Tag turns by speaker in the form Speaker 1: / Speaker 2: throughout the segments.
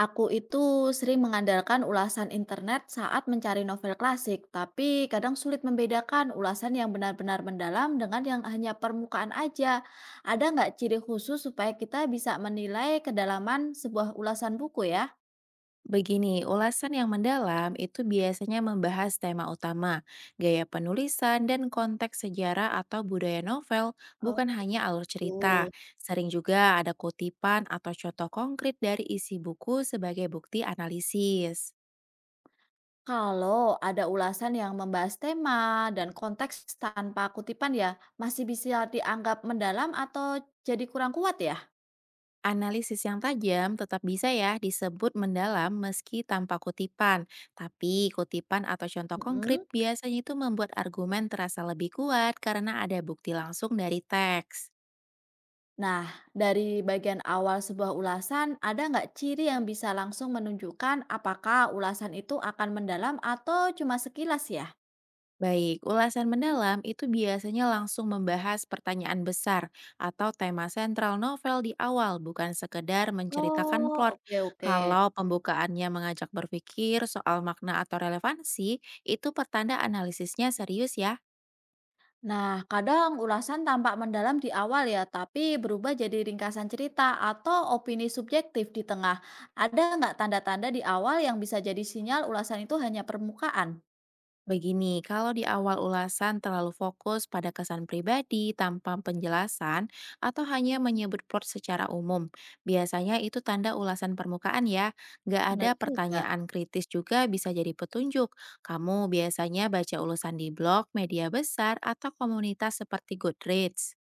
Speaker 1: Aku itu sering mengandalkan ulasan internet saat mencari novel klasik, tapi kadang sulit membedakan ulasan yang benar-benar mendalam dengan yang hanya permukaan aja. Ada nggak ciri khusus supaya kita bisa menilai kedalaman sebuah ulasan buku ya?
Speaker 2: Begini, ulasan yang mendalam itu biasanya membahas tema utama, gaya penulisan, dan konteks sejarah atau budaya novel, bukan hanya alur cerita.
Speaker 1: Oh,
Speaker 2: Sering juga ada kutipan atau contoh konkret dari isi buku sebagai bukti analisis.
Speaker 1: kalau ada ulasan yang membahas tema dan konteks tanpa kutipan ya, masih bisa dianggap mendalam atau jadi kurang kuat ya?
Speaker 2: Analisis yang tajam tetap bisa ya disebut mendalam meski tanpa kutipan. Tapi kutipan atau contoh konkret
Speaker 1: Mm-mm.
Speaker 2: biasanya itu membuat argumen terasa lebih kuat karena ada bukti langsung dari teks.
Speaker 1: Nah, dari bagian awal sebuah ulasan, ada nggak ciri yang bisa langsung menunjukkan apakah ulasan itu akan mendalam atau cuma sekilas ya?
Speaker 2: Baik, ulasan mendalam itu biasanya langsung membahas pertanyaan besar atau tema sentral novel di awal, bukan sekedar menceritakan
Speaker 1: Oh,
Speaker 2: plot.
Speaker 1: oke, oke.
Speaker 2: Kalau pembukaannya mengajak berpikir soal makna atau relevansi, itu pertanda analisisnya serius ya.
Speaker 1: Nah, kadang ulasan tampak mendalam di awal ya, tapi berubah jadi ringkasan cerita atau opini subjektif di tengah. Ada nggak tanda-tanda di awal yang bisa jadi sinyal ulasan itu hanya permukaan?
Speaker 2: Begini, kalau di awal ulasan terlalu fokus pada kesan pribadi tanpa penjelasan atau hanya menyebut plot secara umum, biasanya itu tanda ulasan permukaan ya. Nggak
Speaker 1: Benar
Speaker 2: ada
Speaker 1: juga.
Speaker 2: pertanyaan kritis juga bisa jadi petunjuk. Kamu biasanya baca ulasan di blog, media besar, atau komunitas seperti Goodreads.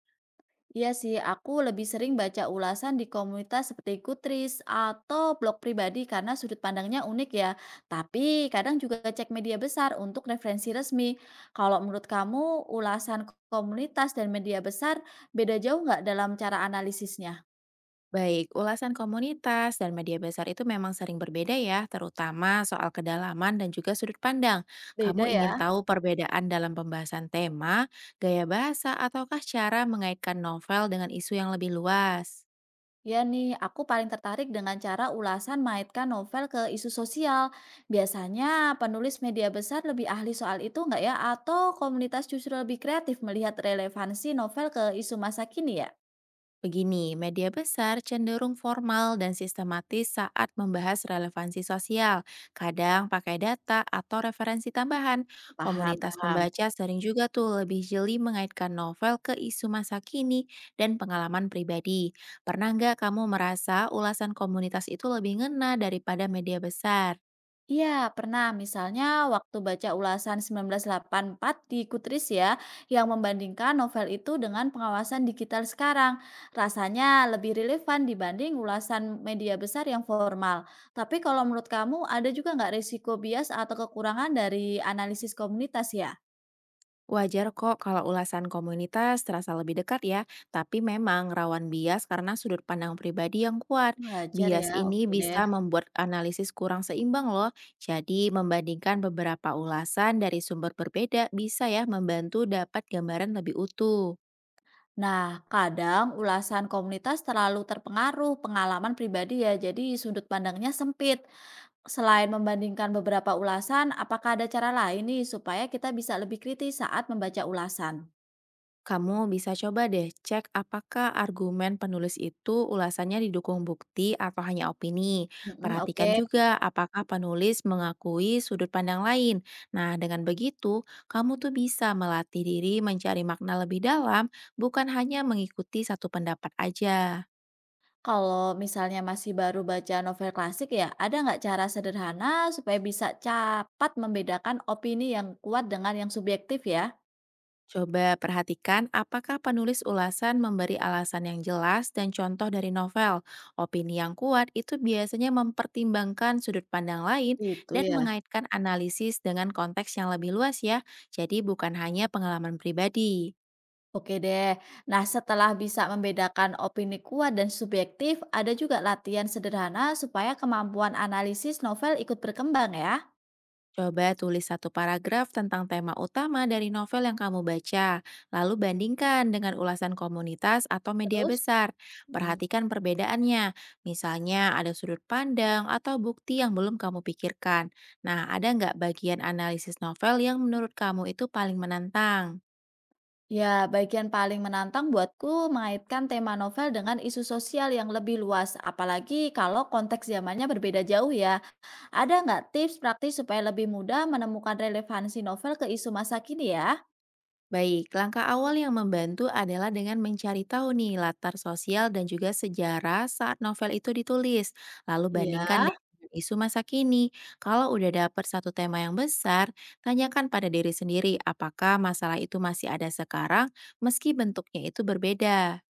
Speaker 1: Iya sih, aku lebih sering baca ulasan di komunitas seperti Kutris atau blog pribadi karena sudut pandangnya unik ya. Tapi kadang juga cek media besar untuk referensi resmi. Kalau menurut kamu, ulasan komunitas dan media besar beda jauh nggak dalam cara analisisnya?
Speaker 2: Baik, ulasan komunitas dan media besar itu memang sering berbeda ya, terutama soal kedalaman dan juga sudut pandang.
Speaker 1: Beda
Speaker 2: Kamu ingin
Speaker 1: ya.
Speaker 2: tahu perbedaan dalam pembahasan tema, gaya bahasa, ataukah cara mengaitkan novel dengan isu yang lebih luas?
Speaker 1: Ya nih, aku paling tertarik dengan cara ulasan mengaitkan novel ke isu sosial. Biasanya penulis media besar lebih ahli soal itu nggak ya? Atau komunitas justru lebih kreatif melihat relevansi novel ke isu masa kini ya?
Speaker 2: Begini, media besar cenderung formal dan sistematis saat membahas relevansi sosial, kadang pakai data atau referensi tambahan.
Speaker 1: Paham,
Speaker 2: Komunitas
Speaker 1: paham.
Speaker 2: pembaca sering juga tuh lebih jeli mengaitkan novel ke isu masa kini dan pengalaman pribadi. Pernah nggak kamu merasa ulasan komunitas itu lebih ngena daripada media besar?
Speaker 1: Iya, pernah. Misalnya waktu baca ulasan 1984 di Kutris ya, yang membandingkan novel itu dengan pengawasan digital sekarang. Rasanya lebih relevan dibanding ulasan media besar yang formal. Tapi kalau menurut kamu, ada juga nggak risiko bias atau kekurangan dari analisis komunitas ya?
Speaker 2: Wajar kok kalau ulasan komunitas terasa lebih dekat ya, tapi memang rawan bias karena sudut pandang pribadi yang kuat.
Speaker 1: Wajar
Speaker 2: Bias
Speaker 1: ya,
Speaker 2: ini
Speaker 1: oke deh.
Speaker 2: bisa membuat analisis kurang seimbang loh. Jadi membandingkan beberapa ulasan dari sumber berbeda bisa ya membantu dapat gambaran lebih utuh.
Speaker 1: Nah, kadang ulasan komunitas terlalu terpengaruh pengalaman pribadi ya, jadi sudut pandangnya sempit. Selain membandingkan beberapa ulasan, apakah ada cara lain nih supaya kita bisa lebih kritis saat membaca ulasan?
Speaker 2: Kamu bisa coba deh cek apakah argumen penulis itu ulasannya didukung bukti atau hanya opini.
Speaker 1: Mhm, oke.
Speaker 2: Perhatikan juga apakah penulis mengakui sudut pandang lain. Nah, dengan begitu, kamu tuh bisa melatih diri mencari makna lebih dalam, bukan hanya mengikuti satu pendapat aja.
Speaker 1: Kalau misalnya masih baru baca novel klasik ya, ada nggak cara sederhana supaya bisa cepat membedakan opini yang kuat dengan yang subjektif ya?
Speaker 2: Coba perhatikan apakah penulis ulasan memberi alasan yang jelas dan contoh dari novel. Opini yang kuat itu biasanya mempertimbangkan sudut pandang lain
Speaker 1: Gitu
Speaker 2: dan
Speaker 1: ya.
Speaker 2: mengaitkan analisis dengan konteks yang lebih luas ya. Jadi bukan hanya pengalaman pribadi.
Speaker 1: Oke deh. Nah, setelah bisa membedakan opini kuat dan subjektif, ada juga latihan sederhana supaya kemampuan analisis novel ikut berkembang ya.
Speaker 2: Coba tulis satu paragraf tentang tema utama dari novel yang kamu baca, lalu bandingkan dengan ulasan komunitas atau media
Speaker 1: Terus?
Speaker 2: besar.
Speaker 1: Hmm.
Speaker 2: Perhatikan perbedaannya, misalnya ada sudut pandang atau bukti yang belum kamu pikirkan. Nah, ada nggak bagian analisis novel yang menurut kamu itu paling menantang?
Speaker 1: Ya, bagian paling menantang buatku mengaitkan tema novel dengan isu sosial yang lebih luas, apalagi kalau konteks zamannya berbeda jauh ya. Ada nggak tips praktis supaya lebih mudah menemukan relevansi novel ke isu masa kini ya?
Speaker 2: Baik, langkah awal yang membantu adalah dengan mencari tahu nih latar sosial dan juga sejarah saat novel itu ditulis. Lalu
Speaker 1: Iya,
Speaker 2: bandingkan dengan isu masa kini. Kalau udah dapet satu tema yang besar, tanyakan pada diri sendiri apakah masalah itu masih ada sekarang meski bentuknya itu berbeda.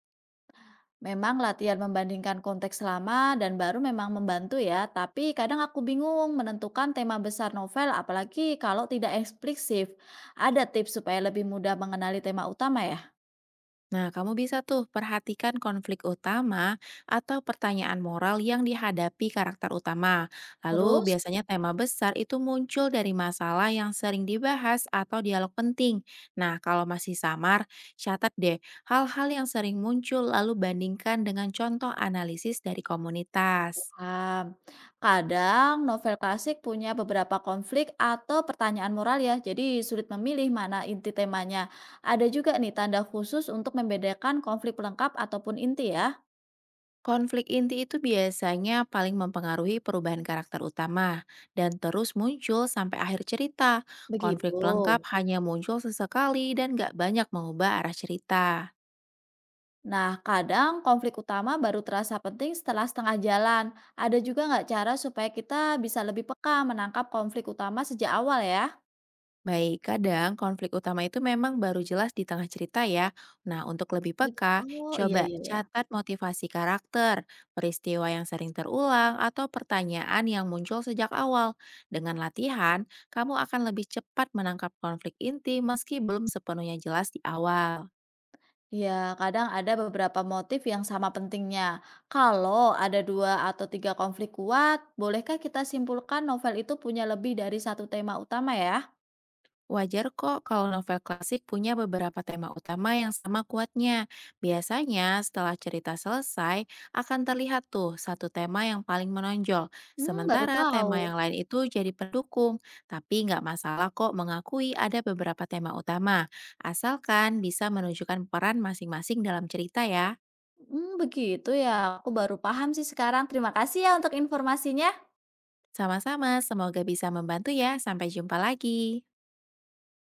Speaker 1: memang latihan membandingkan konteks lama dan baru memang membantu ya, tapi kadang aku bingung menentukan tema besar novel, apalagi kalau tidak eksplisif. Ada tips supaya lebih mudah mengenali tema utama ya?
Speaker 2: Nah, kamu bisa tuh perhatikan konflik utama atau pertanyaan moral yang dihadapi karakter utama. Lalu,
Speaker 1: Terus?
Speaker 2: biasanya tema besar itu muncul dari masalah yang sering dibahas atau dialog penting. Nah, kalau masih samar, catat deh hal-hal yang sering muncul, lalu bandingkan dengan contoh analisis dari komunitas.
Speaker 1: Paham. Kadang novel klasik punya beberapa konflik atau pertanyaan moral ya, jadi sulit memilih mana inti temanya. Ada juga nih tanda khusus untuk membedakan konflik pelengkap ataupun inti ya.
Speaker 2: Konflik inti itu biasanya paling mempengaruhi perubahan karakter utama dan terus muncul sampai akhir cerita.
Speaker 1: Begitu.
Speaker 2: Konflik pelengkap hanya muncul sesekali dan gak banyak mengubah arah cerita.
Speaker 1: Nah, kadang konflik utama baru terasa penting setelah setengah jalan. Ada juga nggak cara supaya kita bisa lebih peka menangkap konflik utama sejak awal ya?
Speaker 2: Baik, kadang konflik utama itu memang baru jelas di tengah cerita ya. Nah, untuk lebih
Speaker 1: Be-
Speaker 2: peka,
Speaker 1: Oh, iya,
Speaker 2: coba
Speaker 1: iya, iya.
Speaker 2: catat motivasi karakter, peristiwa yang sering terulang, atau pertanyaan yang muncul sejak awal. Dengan latihan, kamu akan lebih cepat menangkap konflik inti meski belum sepenuhnya jelas di awal.
Speaker 1: Ya, kadang ada beberapa motif yang sama pentingnya. Kalau ada dua atau tiga konflik kuat, bolehkah kita simpulkan novel itu punya lebih dari satu tema utama ya?
Speaker 2: Wajar kok kalau novel klasik punya beberapa tema utama yang sama kuatnya. Biasanya setelah cerita selesai akan terlihat tuh satu tema yang paling menonjol,
Speaker 1: Hmm, baru
Speaker 2: sementara
Speaker 1: tahu.
Speaker 2: tema yang lain itu jadi pendukung. Tapi nggak masalah kok mengakui ada beberapa tema utama, asalkan bisa menunjukkan peran masing-masing dalam cerita ya.
Speaker 1: Hmm, begitu ya. Aku baru paham sih sekarang. Terima kasih ya untuk informasinya.
Speaker 2: Sama-sama, semoga bisa membantu ya. Sampai jumpa lagi.